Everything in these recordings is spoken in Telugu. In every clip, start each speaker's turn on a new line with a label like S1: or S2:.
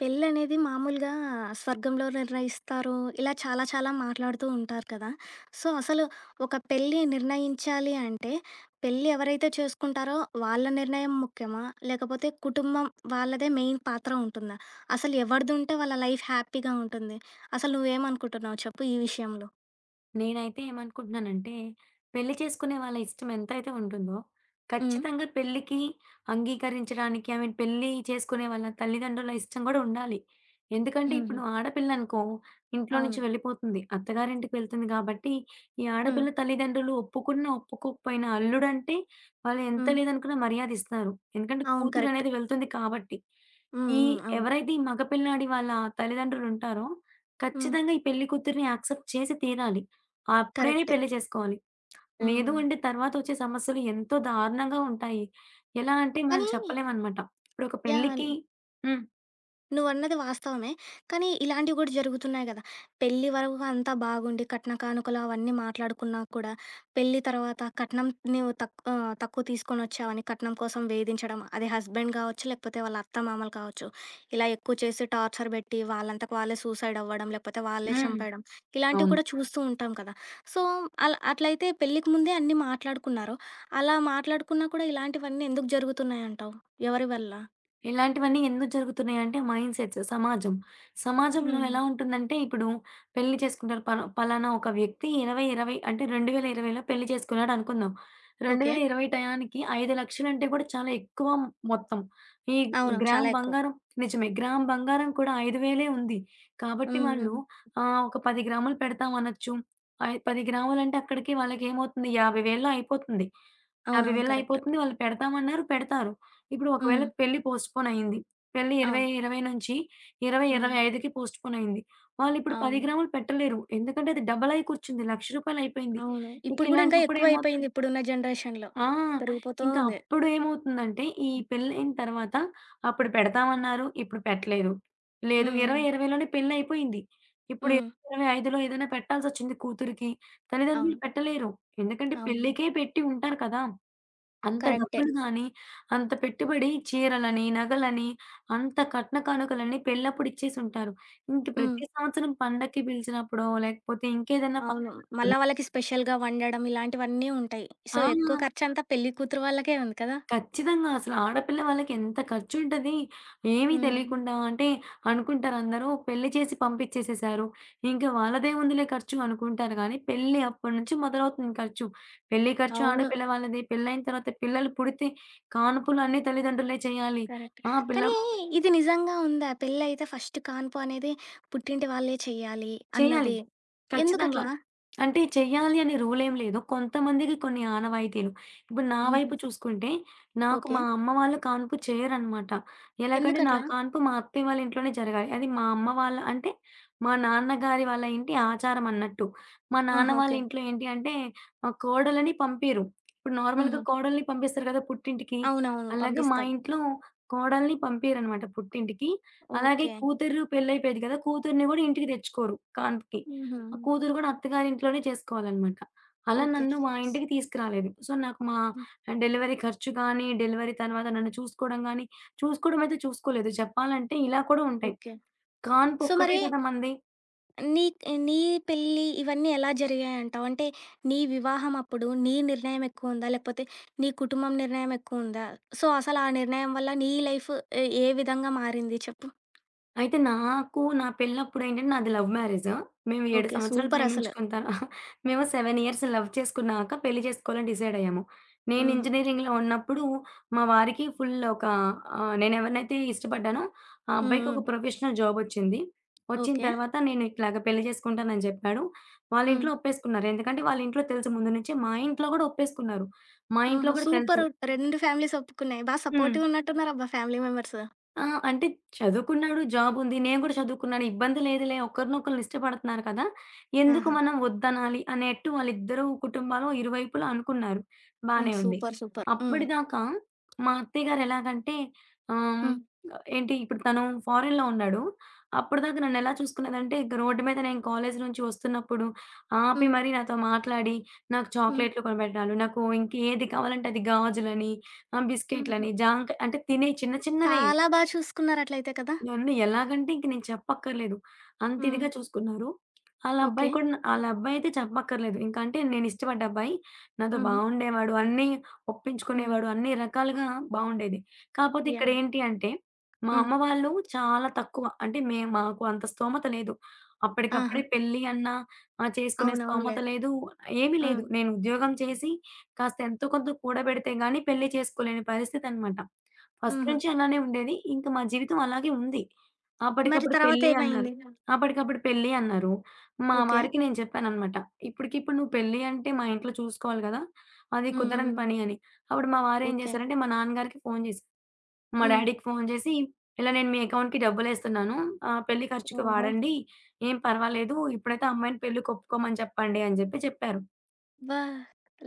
S1: పెళ్ళనేది మామూలుగా స్వర్గంలో నిర్ణయిస్తారు. ఇలా చాలా చాలా మాట్లాడుతూ ఉంటారు కదా! సో, అసలు ఒక పెళ్లి నిర్ణయించాలి అంటే, పెళ్లి ఎవరైతే చేసుకుంటారో వాళ్ళ నిర్ణయం ముఖ్యమా? లేకపోతే కుటుంబం వాళ్ళదే మెయిన్ పాత్ర ఉంటుందా? అసలు ఎవరిది ఉంటే వాళ్ళ లైఫ్ హ్యాపీగా ఉంటుంది? అసలు నువ్వేమనుకుంటున్నావు చెప్పు ఈ విషయంలో?
S2: నేనైతే ఏమనుకుంటున్నానంటే, పెళ్లి చేసుకునే వాళ్ళ ఇష్టం ఎంతైతే ఉంటుందో,
S1: హ్మ్.
S2: ఖచ్చితంగా పెళ్ళికి అంగీకరించడానికి ఐ మీన్ పెళ్లి చేసుకునే వాళ్ళ తల్లిదండ్రుల ఇష్టం గూడా ఉండాలి. ఎందుకంటే ఇప్పుడు
S1: హుహు.
S2: ఆడపిల్లనుకో ఇంట్లో నుంచి
S1: అవును.
S2: వెళ్ళిపోతుంది. అత్తగారింటికి వెళ్తుంది గాబట్టి, ఈ
S1: హ్మ్.
S2: ఆడపిల్ల తల్లిదండ్రులు ఒప్పుకున్నా, ఒప్పుకోకపోయినా అల్లుడంటే వాళ్ళు ఎంత
S1: హ్మ్.
S2: లేదనుకున్నా మర్యాదిస్తారు. ఎందుకంటే
S1: అవును. కరెక్ట్.
S2: కూతురనేది వెళ్తుంది కాబట్టి.
S1: హ్మ్.
S2: ఈ
S1: హ్మ్. అవును.
S2: ఎవరైతే ఈ మగ పిల్లాడి వాళ్ళ తల్లిదండ్రులుంటారో,
S1: హ్మ్.
S2: ఖచ్చితంగా ఈ పెళ్లి కూతురిని యాక్సెప్ట్ చేసి తీరాలి. అప్పుడే
S1: కరెక్టే.
S2: పెళ్లి చేసుకోవాలి. లేదు
S1: హ్మ్.
S2: అంటే తర్వాతొచ్చే సమస్యలు ఎంతో దారుణంగా ఉంటాయి. ఎలా అంటే మనం
S1: కానీ
S2: చెప్పలేమనమాట. ఇప్పుడొక
S1: యాహ్!
S2: పెళ్ళికి హ్మ్.
S1: నువ్వన్నది వాస్తవమే. కానీ ఇలాంటివి గూడా జరుగుతున్నాయి గదా! పెళ్లి వరకు అంతా బాగుండి కట్న కానుకలు అవన్నీ మాట్లాడుకున్నా కూడా, పెళ్లి తర్వాత కట్నం నువ్వు తక్కువ తీసుకొనొచ్చావని కట్నం కోసం వేధించడం. అది హస్బెండ్ గావచ్చు, లేకపోతే వాళ్ళ అత్తమామలు కావచ్చు. ఇలా ఎక్కువ చేసి టార్చర్ బెట్టి వాళ్ళంతకు వాళ్ళే సూసైడ్ అవ్వడం, లేకపోతే వాళ్ళే
S2: హ్మ్.
S1: చంపేయడం. ఇలాంటివి
S2: అవును.
S1: కూడా చూస్తూ ఉంటాం కదా! సో, అట్లయితే పెళ్ళికి ముందే అన్నీ మాట్లాడుకున్నారు. అలా మాట్లాడుకున్నా కూడా ఇలాంటివన్నీ ఎందుకు జరుగుతున్నాయంటావు? ఎవరి వల్ల?
S2: ఇలాంటివన్నీ ఎందుకు జరుగుతున్నాయంటే మైండ్ సెట్స్, సమాజం. సమాజంలో
S1: హ్మ్.
S2: ఎలా ఉంటుందంటే ఇప్పుడు పెళ్లి చేసుకుంటారు. పలానా ఒక వ్యక్తి 20, 20 అంటే 2020లో పెళ్లి చేసుకున్నాడు అనుకుందాం.
S1: ఓకే.
S2: 2020 టయానికి 5,00,000 అంటే కూడా చాలా ఎక్కువ మొత్తం. ఈ
S1: అవునవును.
S2: గ్రామ్
S1: చాలా ఎక్కువ.
S2: బంగారం నిజమే. గ్రామ్ బంగారం కూడా 5,000 ఉంది. కాబట్టి
S1: హ్మ్.
S2: వాళ్ళు
S1: హ్మ్.
S2: ఒక 10 గ్రాములు పెడతాం అనొచ్చు. 10 గ్రాములంటే అక్కడికి వాళ్ళకేమవుతుంది 50,000లో అయిపోతుంది.
S1: అవునవును.
S2: 50,000
S1: కరెక్ట్.
S2: అయిపోతుంది. వాళ్ళు పెడతామన్నారు, పెడతారు. ఇప్పుడు ఒకవేళ
S1: హ్మ్.
S2: పెళ్లి పోస్ట్‌పోన్ అయింది. పెళ్లి 20,
S1: అవును.
S2: 20 నుంచి 20,
S1: హ్మ్.
S2: 25కి పోస్ట్‌పోన్ అయింది. వాళ్ళిప్పుడు 10
S1: అవును.
S2: గ్రాములు పెట్టలేరు. ఎందుకంటే అది డబుల్ అయి కూర్చుంది. రూ. 1,00,000 అయిపోయింది.
S1: అవును.
S2: ఇక
S1: ఇప్పుడు గూడా ఇంకా
S2: ఇలాంటప్పుడు ఏమవుతుంది
S1: ఎక్కువైపోయింది ఇప్పుడున్న జనరేషన్‌లో.
S2: ఆ!
S1: పెరిగిపోతూ
S2: ఇంకా
S1: ఉంది.
S2: అప్పుడు ఏమవుతుందంటే ఈ
S1: హ్మ్.
S2: పెళ్లయిన తర్వాత అప్పుడు పెడతామన్నారు, ఇప్పుడు పెట్టలేదు. లేదు
S1: హ్మ్.
S2: 20, 20 లోనే పెళ్లయిపోయింది. ఇప్పుడు
S1: హ్మ్.
S2: 20, 25లో ఏదైనా పెట్టాల్సొచ్చింది కూతురికి. తల్లిదండ్రులు
S1: అవును.
S2: పెట్టలేరు. ఎందుకంటే
S1: అవును.
S2: పెళ్ళికే పెట్టి ఉంటారు కదా! అంత
S1: కరెక్టే.
S2: డబ్బులు గాని, అంత పెట్టుబడి చీరలని, నగలని, అంత కట్న కానుకలని పెళ్ళప్పుడు ఇచ్చేసుంటారు. ఇంక
S1: హ్మ్.
S2: ప్రతి సంవత్సరం పండక్కి పిలిచినప్పుడో, లేకపోతే ఇంకేదైనా
S1: అవును.
S2: ఫంక్షనప్పుడు
S1: మళ్ళా వాళ్ళకి స్పెషల్‌గా వండడం ఇలాంటివన్నీ ఉంటాయి. సో,
S2: ఆ!
S1: ఎక్కువ ఖర్చంతా పెళ్లి కూతురు వాళ్ళకే ఉంది కదా!
S2: ఖచ్చితంగా. అసలు ఆడపిల్ల వాళ్ళకి ఎంత ఖర్చుంటది. ఏమీ
S1: హ్మ్.
S2: తెలియకుండా అంటే అనుకుంటారందరూ పెళ్లి చేసి పంపించేసేసారు. ఇంక వాళ్ళదే ఉందిలే ఖర్చు అనుకుంటారు గానీ, పెళ్లి అప్పటి నుంచి మొదలవుతుంది ఖర్చు. పెళ్లి ఖర్చు
S1: అవును.
S2: ఆడపిల్ల వాళ్ళది. పెళ్లయిన తర్వాత పిల్లలు పుడితే కానుపులు అన్నీ తల్లిదండ్రులే చేయాలి.
S1: కరెక్ట్.
S2: ఆ! పిల్ల
S1: కానీ ఇది నిజంగా ఉందా? పెళ్లయితే ఫస్ట్ కాన్పు అనేది పుట్టింటి వాళ్ళే చెయ్యాలి
S2: చేయాలి.
S1: అన్నది.
S2: ఖచ్చితంగా.
S1: ఎందుకట్లా?
S2: అంటే చెయ్యాలి అనే రూలేం లేదు. కొంతమందికి కొన్ని ఆనవాయితీలు. ఇప్పుడు నా
S1: హుహు.
S2: వైపు చూసుకుంటే, నాకు
S1: ఓకే.
S2: మా అమ్మ వాళ్ళు కాన్పు చేయరనమాట. ఎలాగంటే, నా
S1: ఎందుకట్లా?
S2: కాన్పు మా అత్తయ్య వాళ్ళ ఇంట్లోనే జరగాలి. అది మా అమ్మ వాళ్ళ అంటే, మా నాన్నగారి వాళ్ళ ఇంటి ఆచారం అన్నట్టు. మా నాన్న
S1: ఆహా!
S2: వాళ్ళ
S1: ఓకే.
S2: ఇంట్లో ఏంటి అంటే, కోడలని పంపియరు. ఇప్పుడు నార్మల్‌గా
S1: హుహు.
S2: కోడల్ని పంపిస్తారు కదా పుట్టింటికి.
S1: అవునవును.
S2: అలాగే మా
S1: పంపిస్తారు.
S2: ఇంట్లో కోడల్ని పంపియరనమాట పుట్టింటికి. అలాగే
S1: ఓకే.
S2: కూతురు పెళ్లయిపోయేది కదా! కూతురిని గూడా ఇంటికి తెచ్చుకోరు కాన్పుకి.
S1: హుహు.
S2: ఆ కూతురు గూడా అత్తగారింట్లోనే చేసుకోవాలనమాట. అలా
S1: ఓకే.
S2: నన్ను మా ఇంటికి తీసుకురాలేదు. సో, నాకు మా
S1: హ్మ్.
S2: డెలివరీ ఖర్చు గానీ, డెలివరీ తర్వాత నన్ను చూసుకోవడం గానీ చూసుకోవడం అయితే చూసుకోలేదు. చెప్పాలంటే ఇలా కూడా ఉంటాయి.
S1: ఓకే.
S2: కాన్పు
S1: సో,
S2: ఒక్కటే
S1: మరి
S2: కదా మనది.
S1: నీ నీ పెళ్లి ఇవన్నీ ఎలా జరిగాయంటావు? అంటే నీ వివాహం అప్పుడు నీ నిర్ణయం ఎక్కువుందా? లేకపోతే నీ కుటుంబం నిర్ణయం ఎక్కువుందా? సో, అసలు ఆ నిర్ణయం వల్ల నీ లైఫ్ ఏ ఏ విధంగా మారింది చెప్పు?
S2: అయితే నాకు నా పెళ్ళప్పుడేంటంటే నాది లవ్ మ్యారేజ్. మేము 7
S1: ఓకే.
S2: సంవత్సరాలు
S1: సూపరసలు.
S2: ప్రేమించుకున్న తర మేము 7 ఇయర్స్ లవ్ చేసుకున్నాక పెళ్లి చేసుకోవాలని డిసైడ్ అయ్యాము. నేను
S1: హుహు.
S2: ఇంజినీరింగ్‌లో ఉన్నప్పుడు మా వారికి ఫుల్ ఒక నేను ఎవరినైతే ఇష్టపడ్డానో ఆ
S1: హ్మ్.
S2: అబ్బాయికి
S1: హ్మ్.
S2: ఒక ప్రొఫెషనల్ జాబ్ వచ్చింది. వచ్చిన
S1: ఓకే.
S2: తర్వాత నేను ఇట్లాగ పెళ్లి చేసుకుంటానని చెప్పాడు. వాళ్ళ
S1: హ్మ్.
S2: ఇంట్లో ఒప్పేసుకున్నారు. ఎందుకంటే వాళ్ళ ఇంట్లో తెలుసు ముందు నుంచే. మా ఇంట్లో గూడా ఒప్పేసుకున్నారు. మా ఇంట్లో
S1: హుహు.
S2: గూడా తెలుసు.
S1: సూపరు. 2 ఫ్యామిలీస్ ఒప్పుకున్నాయి. బా
S2: హ్మ్.
S1: సపోర్టివ్ ఉన్నట్టున్నారబ్బా ఫ్యామిలీ మెంబర్స్.
S2: ఆ! అంటే చదువుకున్నాడు, జాబుంది. నేను గూడా చదువుకున్నాను. ఇబ్బంది లేదులే. ఒకరినొకళ్ళు ఇష్టపడుతున్నారు కదా! ఎందుకు
S1: ఆహా!
S2: మనం వద్దనాలి అనేట్టు వాళ్ళిద్దరూ కుటుంబాలు ఇరువైపులా అనుకున్నారు.
S1: హ్మ్.
S2: బానే ఉంది.
S1: సూపర్. సూపర్. హ్మ్.
S2: అప్పటిదాకా మా అత్తయ్య గారు ఎలాగంటే ఆహ్,
S1: హ్మ్.
S2: ఏంటి ఇప్పుడు తను ఫారెన్‌లో ఉన్నాడు. అప్పటిదాకా నన్నెలా చూసుకునేదంటే ఇక రోడ్డు మీద నేను కాలేజీ నుంచి వస్తున్నప్పుడు ఆపి
S1: హ్మ్.
S2: మరీ నాతో మాట్లాడి, నాకు
S1: హ్మ్.
S2: చాక్లెట్‌లు కొనిపెట్టడాలు, నాకు ఇంకేది కావాలంటే అది గాజులని,
S1: హుహు.
S2: బిస్కెట్‌లని, జాంకా అంటే తినే చిన్న చిన్నవే.
S1: చాలా బా చూసుకున్నారట్లయితే కదా!
S2: నన్ను ఎలాగంటే ఇంక నేను చెప్పక్కర్లేదు. అంత
S1: హ్మ్.
S2: ఇదిగా చూసుకున్నారు. ఆళ్ళ అబ్బాయి
S1: ఓకే.
S2: కూడా ఆళ్ళ అబ్బాయి అయితే చెప్పక్కర్లేదు. ఇంక అంటే నేను ఇష్టపడ్డ అబ్బాయి. నాతో
S1: హుహు.
S2: బావుండేవాడు. అన్నీ
S1: హ్మ్.
S2: ఒప్పించుకునేవాడు. అన్ని రకాలుగా బావుండేది. కాపోతే
S1: యాహ్!
S2: ఇక్కడేంటి అంటే, మా
S1: హ్మ్.
S2: అమ్మ వాళ్ళు చాలా తక్కువ. అంటే మాకు అంత స్తోమత లేదు.
S1: ఆహా!
S2: అప్పటికప్పుడే పెళ్లి అన్నా చేసుకునే స్తోమత
S1: అవునవునులే.
S2: లేదు. ఏమీ లేదు.
S1: హ్మ్.
S2: నేను ఉద్యోగం చేసి కాస్త ఎంతో కొంత కూడబెడితే గాని పెళ్లి చేసుకోలేని పరిస్థితనమాట. ఫస్ట్
S1: హుహు.
S2: నుంచి అలానే ఉండేది. ఇంక మా జీవితం అలాగే ఉంది.
S1: మరి
S2: అప్పటికప్పుడు పెళ్లి అన్నారు.
S1: తర్వాతేమైంది?
S2: అప్పటికప్పుడు పెళ్లి అన్నారు. మా
S1: ఓకే.
S2: వారికి నేను చెప్పాననమాట. ఇప్పటికిప్పుడు నువ్వు పెళ్లి అంటే మా ఇంట్లో చూసుకోవాలి గదా! అది
S1: హ్మ్.
S2: కుదరని
S1: హ్మ్.
S2: పని అని. అప్పుడు మా వారేం
S1: ఓకే.
S2: చేశారంటే మా నాన్నగారికి ఫోను చేశారు. మా
S1: హ్మ్.
S2: డ్యాడీకి ఫోను చేసి, ఇలా నేను మీ అకౌంట్‌కి డబ్బులేస్తున్నాను. పెళ్లి ఖర్చుకి
S1: ఓహో!
S2: వాడండి. ఏం పర్వాలేదు. ఇప్పుడైతే అమ్మాయిని పెళ్ళికి ఒప్పుకోమని చెప్పండి అని జెప్పి చెప్పారు.
S1: అబ్బా!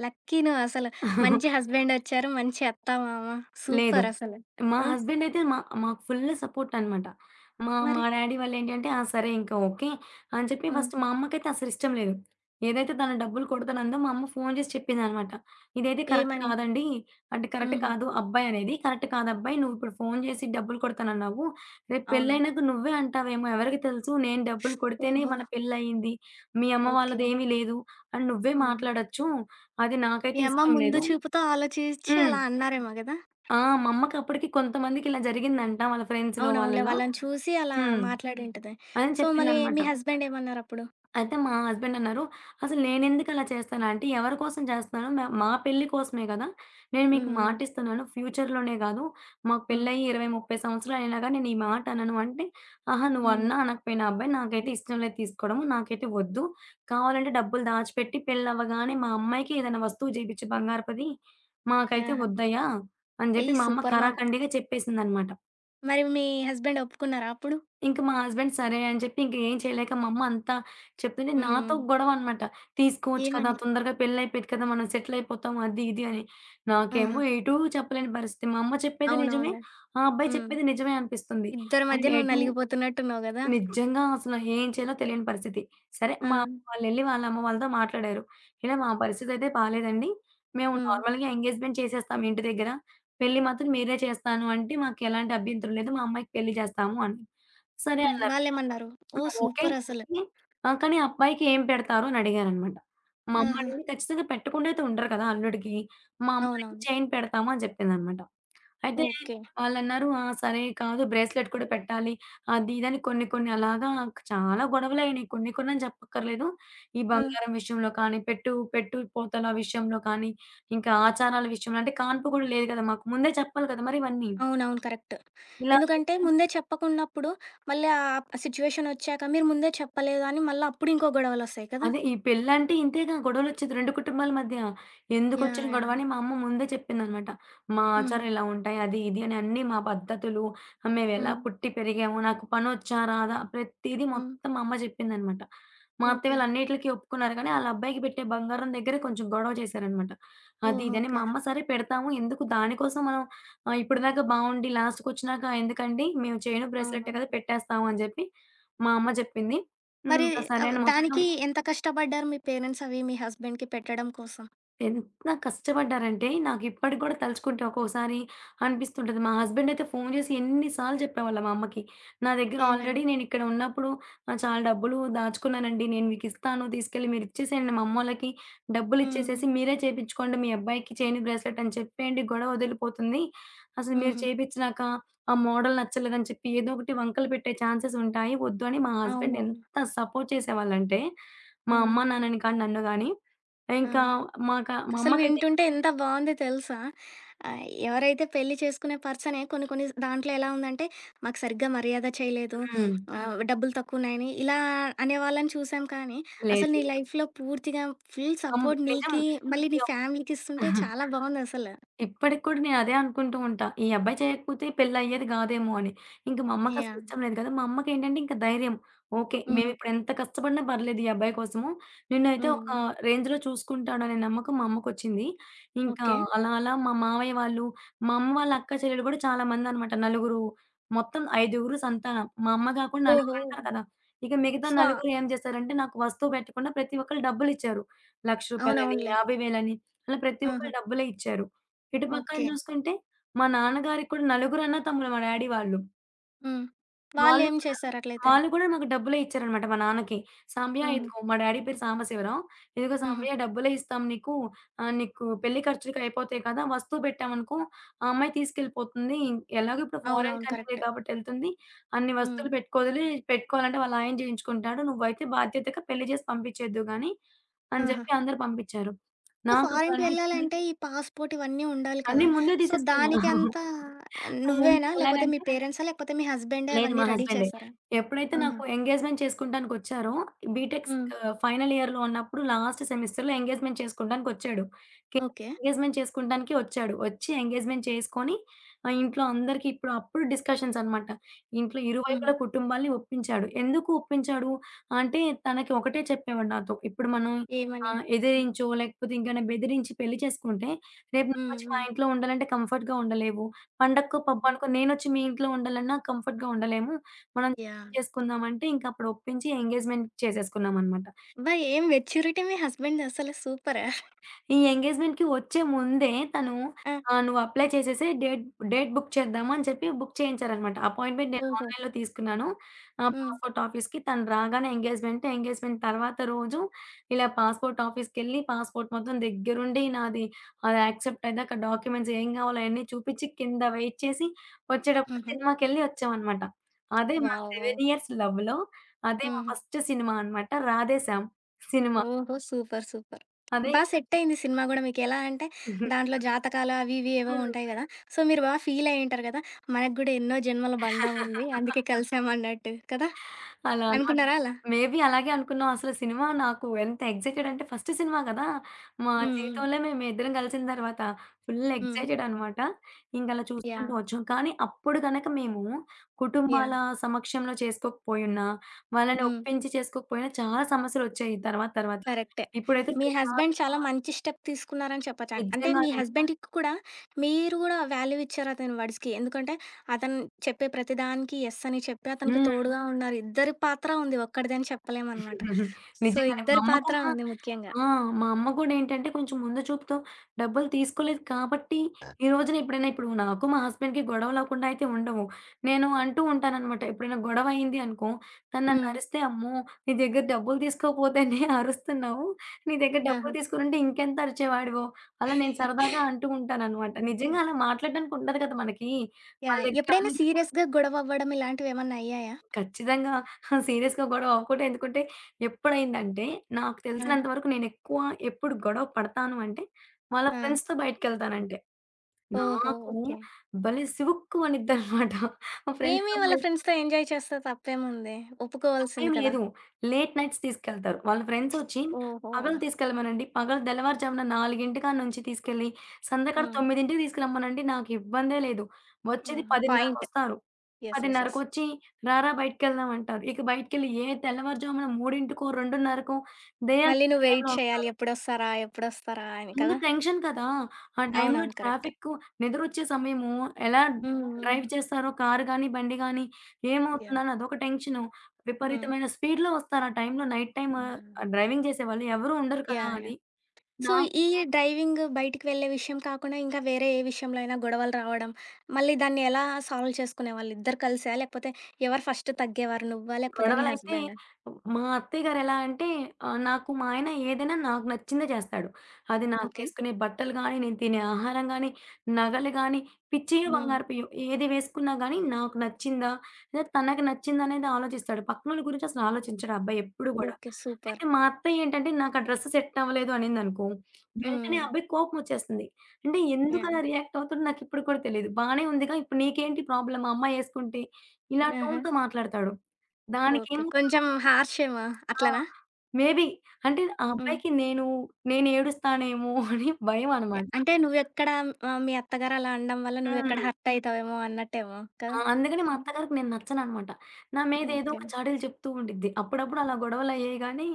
S1: లక్కీ నువ్వసలు. మంచి హస్బెండొచ్చారు. మంచి అత్తా, మామ.
S2: లేదు.
S1: సూపరసలు.
S2: మా
S1: ఆ!
S2: హస్బెండ్ అయితే మా మాకు ఫుల్ సపోర్ట్ అన్నమాట. మా మా
S1: మరి?
S2: డ్యాడీ వాళ్ళేంటంటే, "ఆ! సరే ఇంక ఓకే" అని చెప్పి
S1: హ్మ్.
S2: ఫస్ట్ మా అమ్మకైతే అసలు ఇష్టం లేదు. ఏదైతే తను డబ్బులు కొడతానందో మా అమ్మ ఫోను చేసి చెప్పిందన్నమాట. "ఇదైతే కరెక్ట్
S1: ఏమని?
S2: కాదండి. అంటే కరెక్ట్
S1: హుహు.
S2: కాదు అబ్బాయి అనేది. కరెక్ట్ కాదు అబ్బాయి. నువ్వు ఇప్పుడు ఫోను చేసి డబ్బులు కొడతానన్నావు. రేపు
S1: అవును.
S2: పెళ్లయినాక నువ్వే అంటావేమో ఎవరికి తెలుసు? నేను డబ్బులు కొడితేనే
S1: ఓహో!
S2: మన పెళ్లయింది. మీ అమ్మ
S1: ఓకే.
S2: వాళ్ళదేమీ లేదు అని నువ్వే
S1: హుహు.
S2: మాట్లాడొచ్చు. అది
S1: మీ
S2: నాకైతే
S1: అమ్మ
S2: ఇష్టం
S1: ముందు
S2: లేదు."
S1: చూపుతో ఆలోచించి
S2: హ్మ్.
S1: అలా అన్నారేమో గదా!
S2: ఆ! మా అమ్మకప్పటికి కొంతమందికి ఇలా జరిగిందంట వాళ్ళ ఫ్రెండ్స్‌లో
S1: అవునవునులే.
S2: వాళ్ళలో.
S1: వాళ్ళని చూసి అలా
S2: హ్మ్.
S1: హ్మ్. మాట్లాడింటది.
S2: అని
S1: సో, మళ్ళీ
S2: చెప్పిందనమాట.
S1: మీ హస్బెండ్ ఏమన్నారప్పుడు?
S2: అయితే మా హస్బెండ్ అన్నారు, "అసలు నేనెందుకు అలా చేస్తాను ఆంటీ? ఎవరి కోసం చేస్తున్నాను? మా పెళ్లి కోసమే కదా! నేను మీకు
S1: హ్మ్. హ్మ్.
S2: మాటిస్తున్నాను. ఫ్యూచర్‌లోనే కాదు, మాకు
S1: హ్మ్.
S2: పెళ్లయ్యి 20, 30 సంవత్సరాలయినా గాని నేను ఈ మాట అనను" అంటే, "ఆహా!
S1: హ్మ్.
S2: నువ్వన్నా అనకపోయినా అబ్బాయి నాకైతే ఇష్టం లేదు తీసుకోవడము. నాకైతే వద్దు. కావాలంటే డబ్బులు దాచిపెట్టి పెళ్లవ్వగానే మా అమ్మాయికి ఏదైనా వస్తువు చేపిచ్చు బంగారపుది. మాకైతే
S1: ఆహా!
S2: వద్దయ్యా" అని
S1: ఈ
S2: చెప్పి మా అమ్మ
S1: సూపర్ మామ్.
S2: ఖరాఖండిగా చెప్పేసిందనమాట.
S1: మరి మీ హస్బెండ్ ఒప్పుకున్నారా అప్పుడు?
S2: ఇంక మా హస్బెండ్ సరే అని చెప్పి ఇంక ఏం చేయలేక మా అమ్మ అంతా చెప్తుంటే
S1: హ్మ్.
S2: నాతో
S1: హ్మ్.
S2: గొడవ అనమాట. "తీసుకోవచ్చు కదా!
S1: ఏమని?
S2: తొందరగా పెళ్లయిపోయేది కదా! మనం సెటిల్ అయిపోతాం." అది ఇది అని.
S1: ఆహా!
S2: నాకేమో ఎటూ చెప్పలేని పరిస్థితి. మా అమ్మ చెప్పేది నిజమే.
S1: అవునవునులే.
S2: ఆ అబ్బాయి
S1: హ్మ్.
S2: చెప్పేది నిజమే అనిపిస్తుంది.
S1: ఇద్దరి
S2: అండ్
S1: మధ్య నువ్వు
S2: ఎటూ
S1: నలిగిపోతున్నట్టున్నావు గదా!
S2: నిజంగా అసలు ఏం చేయాలో తెలియని పరిస్థితి. సరే
S1: ఆ!
S2: మా అమ్మ వాళ్ళెళ్లి వాళ్ళ అమ్మ వాళ్ళతో మాట్లాడారు. ఇలా మా పరిస్థితయితే బాలేదండి. మేము
S1: హ్మ్.
S2: నార్మల్‌గా ఎంగేజ్‌మెంట్ చేసేస్తాం ఇంటి దగ్గర. పెళ్లి మాత్రం మీరే చేస్తాను అంటే మాకెలాంటి అభ్యంతరం లేదు. మా అమ్మాయికి పెళ్లి చేస్తాము అని. సరే
S1: హ్మ్.
S2: అన్నారు.
S1: వాళ్ళేమన్నారు?
S2: ఆ!
S1: ఓహ్!
S2: ఓకే.
S1: సూపర్ అసలు.
S2: ఆ! కానీ అబ్బాయికి ఏం పెడతారు అని అడిగాననమాట. మా అమ్మ
S1: ఆహా!
S2: అనింది ఖచ్చితంగా పెట్టకుండా అయితే ఉండరు కదా! అల్లుడికి. మా అమ్మ అయితే
S1: అవునవును.
S2: చైన్ పెడతాము అని చెప్పిందనమాట. అయితే
S1: ఓకే.
S2: వాళ్ళన్నారు, "ఆ! సరే కాదు బ్రేస్‌లెట్ కూడా పెట్టాలి." అది ఇదని కొన్ని కొన్ని అలాగా చాలా గొడవలయినాయి. కొన్ని కొన్ని అని చెప్పక్కర్లేదు. ఈ
S1: ఆ!
S2: బంగారం విషయంలో కానీ, పెట్టు పెట్టు పోతల విషయంలో కానీ, ఇంకా ఆచారాల విషయంలో అంటే కాన్పు కూడా లేదు కదా! మాకు ముందే చెప్పాలి కదా! మరి ఇవన్నీ.
S1: అవునవును. కరెక్ట్.
S2: ఇలా
S1: ఎందుకంటే ముందే చెప్పకున్నప్పుడు మళ్ళీ ఆ సిట్యుయేషన్ వచ్చాక మీరు ముందే చెప్పలేదు అని మళ్ళా అప్పుడు ఇంకో గొడవలొస్తాయి కదా!
S2: అదే ఈ పెళ్ళంటే ఇంతేగా గొడవలొచ్చేది 2 కుటుంబాల మధ్య. ఎందుకొచ్చిన
S1: యాహ్!
S2: గొడవ
S1: యాహ్!
S2: అని మా అమ్మ ముందే చెప్పిందనమాట. మా
S1: హుహు.
S2: ఆచారాలు ఇలా ఉంటాయి. అది, ఇది అని అన్నీ మా పద్ధతులు, మేమెలా
S1: హ్మ్.
S2: పుట్టి పెరిగాము, నాకు పనొచ్చా, రాదా ప్రతీదీ
S1: హ్మ్.
S2: మొత్తం మా అమ్మ చెప్పిందనమాట. మా అత్తయ్య
S1: ఓకే.
S2: వాళ్ళన్నిట్లికి ఒప్పుకున్నారు కానీ, ఆళ్ళ అబ్బాయికి పెట్టే బంగారం దగ్గర కొంచెం గొడవ చేశారనమాట. అది,
S1: ఓహో!
S2: ఇది అని మా
S1: ఓకే.
S2: అమ్మ సరే పెడతాము. ఎందుకు దానికోసం మనం ఇప్పటిదాకా బావుండి లాస్ట్‌కొచ్చినాక ఎందుకండి మేము చైను, బ్రేస్లెట్టే
S1: అవునా!
S2: కదా పెట్టేస్తాము అని చెప్పి మా అమ్మ చెప్పింది. హ్మ్.
S1: మరి
S2: ఇంకా సరే
S1: ఆహ్,
S2: అని మొత్తం
S1: దానికి ఎంత కష్టపడ్డారు మీ పేరెంట్స్ అవి మీ హస్బెండ్‌కి పెట్టడం కోసం?
S2: ఎంత కష్టపడ్డారంటే, నాకిప్పటికి గూడా తలుచుకుంటే ఒక్కోసారి అనిపిస్తుంటది. మా హస్బెండ్ అయితే ఫోను జేసి ఎన్ని సార్లు చెప్పేవాళ్ళ మా అమ్మకి. నా దగ్గర ఆల్రెడీ
S1: ఏమని?
S2: నేనిక్కడ ఉన్నప్పుడు చాలా డబ్బులు దాచుకున్నానండి. నేను మీకిస్తాను తీసుకెళ్ళి మీరిచ్చేసేయండి మా అమ్మోళ్ళకి.
S1: హ్మ్.
S2: డబ్బులిచ్చేసేసి మీరే చేపిచ్చుకోండి. మీ అబ్బాయికి చైను బ్రేస్లెట్ అని చెప్పేయండి. గొడవ వదిలిపోతుంది. అసలు మీరు
S1: హుహు.
S2: చేపిచ్చినాక ఆ మోడల్ నచ్చలేదని చెప్పి ఏదో ఒకటి వంకలు పెట్టే ఛాన్సెస్ ఉంటాయి. వద్దు అని మా హస్బెండ్
S1: అవునవును.
S2: ఎంత సపోర్ట్ చేసేవాళ్ళంటే,
S1: ఆ!
S2: మా అమ్మ, నాన్నని కానీ నన్ను గాని
S1: ఆ!
S2: ఇంకా మా
S1: అసలు
S2: అమ్మకైతే
S1: వింటుంటే ఎంత బావుంది తెలుసా? ఆహ్, ఎవరైతే పెళ్లి చేసుకునే పర్సనే కొన్ని కొన్ని దాంట్లో ఎలా ఉందంటే, మాకు సరిగ్గా మర్యాద చేయలేదు,
S2: హ్మ్.
S1: ఆహ్, హ్మ్. డబ్బులు తక్కువున్నాయని ఇలా అనేవాళ్ళని చూసాం కానీ, అసలు
S2: లేదు
S1: నీ
S2: లేదు.
S1: లైఫ్‌లో పూర్తిగా ఫుల్
S2: కం
S1: సపోర్ట్
S2: నిజం.
S1: నీకి, మళ్ళీ
S2: ఈ
S1: నీ
S2: ఒ
S1: ఫ్యామిలీకి ఇస్తుంటే చాలా బావుందసలు.
S2: ఇప్పటికి కూడా నేనదే అనుకుంటూ ఉంటా. ఈ అబ్బాయి చేయకపోతే పెళ్లయ్యేది గాదేమో అని. ఇంక మా అమ్మకసలు
S1: యాహ్!
S2: ఇష్టం లేదు కదా! మా అమ్మకేంటంటే ఇంక ధైర్యం. ఓకే.
S1: హుహు.
S2: మేమిప్పుడెంత కష్టపడినా పర్లేదు ఈ అబ్బాయి కోసము. నిన్నైతే ఒక
S1: హ్మ్.
S2: రేంజ్‌లో చూసుకుంటాడనే నమ్మకం మా అమ్మకొచ్చింది. ఇంకా
S1: ఓకే.
S2: అలా అలా మా మావయ్య వాళ్ళు, మా అమ్మ వాళ్ళ అక్క చెల్లెలు గూడా చాలా మందనమాట. మొత్తం ఐదుగురు సంతానం. మా అమ్మ గాకుండా
S1: ఓహో!
S2: నలుగురుంటారు కదా! ఇక మిగతా
S1: సో
S2: నలుగురు ఏం చేశారంటే నాకు వస్తువు పెట్టకుండా ప్రతి ఒక్కళ్ళు డబ్బులిచ్చారు. రూ. 1,00,000 రూపాయలని,
S1: అవునవునులే.
S2: 50,000 అలా ప్రతి
S1: ఆహా!
S2: ఒక్కళ్ళు డబ్బులే ఇచ్చారు. ఇటు పక్కన
S1: ఓకే.
S2: చూసుకుంటే, మా నాన్నగారికి కూడా నలుగురు అన్నాతమ్ములు మా డ్యాడీ వాళ్ళు.
S1: హ్మ్.
S2: వాళ్ళు
S1: వాళ్ళేం
S2: కూడా
S1: చేశారట్లయితే?
S2: వాళ్ళు కూడా మాకు డబ్బులే ఇచ్చారనమాట మా నాన్నకి. "సాంబయ్య
S1: హుహు.
S2: ఇదిగో" మా డ్యాడీ పేరు సాంబశివరావు. "ఇదిగో
S1: హుహు.
S2: సాంబయ్య డబ్బులే ఇస్తాం నీకు. నీకు పెళ్లి ఖర్చులకి అయిపోతాయి కదా! వస్తువు పెట్టామనుకో ఆ అమ్మాయి తీసుకెళ్ళిపోతుంది. ఎలాగో ఇప్పుడు ఫారిన్
S1: అవునవును.
S2: Country
S1: correct.
S2: కాబట్టి ఎళ్తుంది. అన్ని
S1: హ్మ్.
S2: వస్తువులు పెట్టుకోదులే పెట్టుకోవాలంటే వాళ్ళ ఆయన చేయించుకుంటాడు. నువ్వైతే బాధ్యతగా పెళ్లి చేసి పంపించేద్దువు గాని" అని
S1: ఆహా!
S2: చెప్పి అందరూ పంపించారు. నాకప్పుడు
S1: ఫారెన్‌కి
S2: అనిపించింది
S1: వెళ్ళాలంటే ఈ పాస్‌పోర్ట్ ఇవన్నీ ఉండాలి
S2: అన్నీ
S1: కదా!
S2: ముందే
S1: సో,
S2: తీసేసుకున్నా.
S1: దానికంతా
S2: ఆ! ముందు
S1: నువ్వేనా? లేకపోతే మీ
S2: ఎలాగంటే
S1: పేరెంట్సా? లేకపోతే మీ హస్బెండే
S2: లేదు
S1: అవన్నీ
S2: మా
S1: రెడీ
S2: హస్బెండే.
S1: చేశారా?
S2: ఎప్పుడైతే
S1: ఆహా!
S2: నాకు ఎంగేజ్‌మెంట్ చేసుకుంటానికొచ్చారో, బీటెక్ స్
S1: హ్మ్.
S2: ఫైనల్ ఇయర్‌లో ఉన్నప్పుడు లాస్ట్ సెమిస్టర్‌లో ఎంగేజ్‌మెంట్ చేసుకుంటానికొచ్చాడు. కేవలం
S1: ఓకే.
S2: ఎంగేజ్‌మెంట్ చేసుకుంటానికి వచ్చాడు. వచ్చి ఎంగేజ్‌మెంట్ చేసుకొని ఇంట్లో అందరికీ ఇప్పుడు అప్పుడు డిస్కషన్స్ అనమాట. ఇంట్లో
S1: హుహు.
S2: ఇరువైపుల కుటుంబాల్ని ఒప్పించాడు. ఎందుకు ఒప్పించాడు? అంటే తనకి ఒకటే చెప్పేవాడు నాతో. ఇప్పుడు మనం
S1: ఏమని?
S2: ఎదిరించో లేకపోతే ఇంకేమైనా బెదిరించి పెళ్లి చేసుకుంటే, రేపు
S1: హ్మ్.
S2: నువ్వొచ్చి మా
S1: హ్మ్.
S2: ఇంట్లో ఉండాలంటే కంఫర్ట్‌గా ఉండలేవు. పండక్కో, పబ్బో
S1: హ్మ్.
S2: అనుకో నేనొచ్చి మీ ఇంట్లో ఉండాలన్నా కంఫర్ట్‌గా ఉండలేము. మనం చెప్పి
S1: యాహ్!
S2: చేసుకుందాం అంటే ఇంకప్పుడు ఒప్పించి ఎంగేజ్‌మెంట్ చేసేసుకున్నామనమాట.
S1: అబ్బా! ఏం మెచ్యూరిటీ మీ హస్బెండ్‌ది అసలు సూపరే!
S2: ఈ ఎంగేజ్‌మెంట్‌కి వచ్చే ముందే తను
S1: ఆ!
S2: నువ్వు అప్లై చేసేసేయి డేట్ డేట్ బుక్ చేద్దాము అని చెప్పి బుక్ చేయించారనమాట. అపాయింట్‌మెంట్ నేను
S1: ఓహో!
S2: ఆన్‌లైన్‌లో తీసుకున్నాను.
S1: హ్మ్.
S2: పాస్‌పోర్ట్ ఆఫీస్‌కి తను రాగానే ఎంగేజ్‌మెంట్ తర్వాత రోజు ఇలా పాస్‌పోర్ట్ ఆఫీస్‌కెళ్ళి పాస్‌పోర్ట్ మొత్తం దగ్గరుండి నాది అది యాక్సెప్ట్ అయ్యేదాకా డాక్యుమెంట్స్ ఏం కావాలో అయన్నీ చూపించి కింద వెయిట్ చేసి వచ్చేటప్పుడు
S1: హుహు.
S2: సినిమాకెళ్ళి వచ్చామనమాట. అదే మా
S1: వావ్! వావ్!
S2: 7 ఇయర్స్ లవ్‌లో అదే మా
S1: హుహు.
S2: ఫస్ట్ సినిమా అనమాట. 'రాధేశ్యామ్' సినిమా.
S1: ఓహో! సూపర్. సూపర్.
S2: అదే
S1: బా సెట్టయింది సినిమా గూడా మీకెలా అంటే, దాంట్లో జాతకాలు అవి ఇవి ఏవో
S2: హ్మ్.
S1: ఉంటాయి గదా! సో, మీరు బా ఫీలయ్యి ఉంటారు గదా! మనకు గూడా ఎన్నో జన్మల బంధం ఉంది. అందుకే కలిసామన్నట్టు కదా!
S2: అలా అన్నమాట.
S1: అనుకున్నారా అలా?
S2: మేబీ అలాగే అనుకున్నాం. అసలు సినిమా నాకు ఎంత ఎక్సైటెడ్ అంటే ఫస్ట్ సినిమా గదా! మా
S1: హ్మ్. హ్మ్.
S2: జీవితంలో మేమిద్దరం కలిసిన తర్వాత ఫుల్
S1: హ్మ్.
S2: ఎక్సైటెడ్ అనమాట. ఇంకలా చూసుకుంటూ
S1: యాహ్!
S2: వచ్చాం. కానీ అప్పుడు గనక మేము కుటుంబాల
S1: యాహ్!
S2: సమక్షంలో చేసుకోకపోయున్నా, వాళ్ళని
S1: హ్మ్.
S2: ఒప్పించి చేసుకోకపోయినా చాలా సమస్యలొచ్చాయి తర్వాత తర్వాత.
S1: కరెక్టే.
S2: ఇప్పుడైతే
S1: మీ
S2: ప్రశాంత్
S1: హస్బెండ్ చాలా మంచి స్టెప్ తీసుకున్నారని చెప్పొచ్చండి. అంటే మీ
S2: నిజంగానే
S1: హస్బెండ్‌కి కూడా మీరు గూడా వాల్యూ ఇచ్చారు అతని వర్డ్స్‌కి. ఎందుకంటే అతను చెప్పే ప్రతి దానికి యెస్ అని చెప్పి అతనికి
S2: హ్మ్.
S1: తోడుగా ఉన్నారు. ఇద్దరి పాత్ర ఉంది. ఒక్కడిదని చెప్పలేమనమాట. సో,
S2: నిజంగానే. మా
S1: ఇద్దరి
S2: అమ్మ
S1: పాత్ర
S2: కూడా
S1: ఉంది ముఖ్యంగా.
S2: ఆ! మా అమ్మ కూడా ఏంటంటే కొంచెం ముందు చూపుతో డబ్బులు తీసుకోలేదు కాబట్టి, ఈ రోజున ఎప్పుడైనా ఇప్పుడు నాకు మా హస్బెండ్‌కి గొడవలు అవ్వకుండా అయితే ఉండవు. నేను అంటూ ఉంటాననమాట. ఎప్పుడైనా గొడవ అయింది అనుకో, తను నన్ను
S1: హ్మ్.
S2: అరిస్తే, "అమ్మో! నీ దగ్గర డబ్బులు తీసుకోపోతేనే అరుస్తున్నావు. నీ దగ్గర
S1: ఆహా!
S2: డబ్బులు తీసుకొనుంటే ఇంకెంత అరిచేవాడివో" అలా నేను సరదాగా అంటూ ఉంటాననమాట.
S1: ఓకే. ఓకే.
S2: నిజంగా అలా మాట్లాడడానికి ఉండదు కదా మనకి. వాళ్ళ
S1: యాహ్!
S2: దగ్గర
S1: ఎప్పుడైనా
S2: డబ్బులు
S1: సీరియస్‌గా గొడవ అవ్వడం ఇలాంటివేమన్నా అయ్యాయా?
S2: ఖచ్చితంగా. సీరియస్‌గా గొడవ అవ్వకూడదు. ఎందుకంటే ఎప్పుడైందంటే, నాకు
S1: ఆ!
S2: తెలిసినంత వరకు నేనెక్కువ ఎప్పుడు గొడవ పడతాను అంటే, వాళ్ళ
S1: ఆ!
S2: ఫ్రెండ్స్‌తో బయటికెళ్తానంటే.
S1: ఓహో!
S2: నాకు
S1: ఓకే.
S2: భలే! సివుక్కు అనిద్దనమాట. మా
S1: ఏమి
S2: ఫ్రెండ్స్‌తో
S1: వాళ్ళ
S2: బయట
S1: ఫ్రెండ్స్‌తో ఎంజాయ్ చేస్తే తప్పేముంది.
S2: తప్పేం
S1: ఒప్పుకోవాల్సింది కదా!
S2: లేదు. లేట్ నైట్స్ తీసుకెళ్తారు. వాళ్ళ ఫ్రెండ్సొచ్చి
S1: ఓహో!
S2: పగలు తీసుకెళ్ళమనండి. పగలు తెల్లవారుజామున 4 కాడ నుంచి తీసుకెళ్ళి, సంధ్యాకాడ
S1: హ్మ్.
S2: 9కి తీసుకెళ్ళమనండి. నాకు ఇబ్బందే లేదు. వచ్చేది
S1: ఆహా! పాయింట్.
S2: 10:30కొస్తారు.
S1: యెస్. యెస్. యెస్.
S2: 10:30కొచ్చి "రారా బయటికెళ్దాం" అంటారు. ఇక బయటికెళ్ళి ఏ తెల్లవారుజామున 3కో, 2:30కో దెయ్యాలు
S1: మళ్ళీ
S2: తిరిగే
S1: నువ్వు
S2: టైంలో
S1: వెయిట్ చేయాలి.
S2: వస్తారు.
S1: ఎప్పుడొస్తారా? ఎప్పుడొస్తారా? అని
S2: ముందు
S1: కదా!
S2: టెన్షన్ కదా! ఆ టైంలో
S1: అవునవును. కరెక్ట్.
S2: ట్రాఫిక్కు నిద్రొచ్చే సమయము ఎలా
S1: హ్మ్. హ్మ్.
S2: డ్రైవ్ చేస్తారో కారు గానీ, బండి గానీ
S1: యాహ్!
S2: ఏమవుతుందని అదొక టెన్షను.
S1: హ్మ్.
S2: విపరీతమైన స్పీడ్‌లో వస్తారు ఆ టైంలో నైట్ టైమ్
S1: హ్మ్.
S2: డ్రైవింగ్ చేసేవాళ్ళు ఎవరు ఉండరు కదా!
S1: యాహ్! యాహ్!
S2: అని.
S1: సో,
S2: నా
S1: ఈ డ్రైవింగ్ బయటికి వెళ్ళే విషయం కాకుండా ఇంకా వేరే ఏ విషయంలో అయినా గొడవలు రావడం, మళ్ళీ దాన్ని ఎలా సాల్వ్ చేసుకునేవాళ్ళు? ఇద్దరు కలిసా? లేకపోతే ఎవరు ఫస్ట్ తగ్గేవారు? నువ్వా? లేకపోతే నీ
S2: గొడవలైతే
S1: హస్బెండా?
S2: మా అత్తయ్య గారు ఎలా అంటే నాకు మా ఆయన ఏదైనా నాకు నచ్చిందే చేస్తాడు. అది
S1: ఓకే.
S2: నాకేసుకునే బట్టలు గాని, నేను తినే ఆహారం గాని, నగలు గాని, పిచ్చియో
S1: హ్మ్.
S2: బంగారు బియ్యం ఏది వేసుకున్నా గాని నాకు నచ్చిందా? లేదా తనకు నచ్చిందా అనేది ఆలోచిస్తాడు. పక్కనోళ్ళ గురించి అసలు ఆలోచించడు ఆ అబ్బాయి ఎప్పుడు గూడా.
S1: ఓకే.
S2: అయితే
S1: సూపర్.
S2: మా అత్తయ్య ఏంటంటే నాకు ఆ డ్రెస్ సెట్ అవ్వలేదు అనిందనుకో, వెంటనే
S1: హ్మ్.
S2: ఆ అబ్బాయికి కోపం వచ్చేస్తుంది. అంటే ఎందుకు అలా
S1: యాహ్!
S2: రియాక్ట్ అవుతాడో నాకిప్పుడు కూడా తెలీదు. బానే ఉందిగా ఇప్పుడు నీకేంటి ప్రాబ్లమ్? మా అమ్మాయి ఏసుకుంటే ఇలా
S1: ఆహా!
S2: టోన్‌తో మాట్లాడతాడు.
S1: ఓకే.
S2: దానికేమో
S1: కొంచెం హార్షేమో
S2: ఆ!
S1: అట్లనా?
S2: మేబీ అంటే ఆ
S1: హ్మ్.
S2: అబ్బాయికి నేనేడుస్తానేమో అని
S1: యాహ్!
S2: భయమనమాట.
S1: అంటే నువ్వెక్కడ ఆహ్, మీ అత్తగారు అలా అనడం వల్ల నువ్వెక్కడ
S2: హ్మ్.
S1: హర్ట్ అయితావేమో అన్నట్టేమో
S2: ఆ!
S1: కదా!
S2: అందుకని మా అత్తగారికి నేను నచ్చననమాట. నా మీద ఏదో
S1: ఓకే.
S2: ఒక చాడీలు చెప్తూ ఉండిద్ది. అప్పుడప్పుడు అలా గొడవలయ్యేయి గానీ,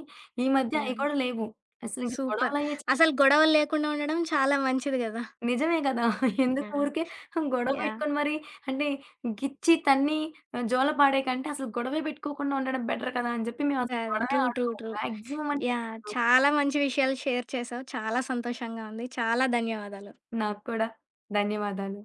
S2: ఈ మధ్య అయి
S1: యాహ్!
S2: కూడా లేవు. అసలింక
S1: సూపర్.
S2: గొడవలయ్యే చా
S1: అసలు గొడవలు లేకుండా ఉండడం చాలా మంచిది గదా!
S2: నిజమే గదా! ఎందుకు
S1: యాహ్!
S2: ఊరికే గొడవ
S1: యాహ్!
S2: పెట్టుకొని మరి అంటే గిచ్చి, తన్ని జోల పాడే కంటే అసలు గొడవే పెట్టుకోకుండా ఉండడం బెటర్ కదా! అని జెప్పి మేమసలు
S1: అదే.
S2: గొడవే
S1: ట్రూ. ట్రూ.
S2: ఆడుకోము.
S1: ట్రూ.
S2: మాక్సిమం అంటే
S1: యాహ్!
S2: మాక్సిమం.
S1: చాలా మంచి విషయాలు షేర్ చేశావు. చాలా సంతోషంగా ఉంది. చాలా ధన్యవాదాలు.
S2: నాకు కూడా. ధన్యవాదాలు.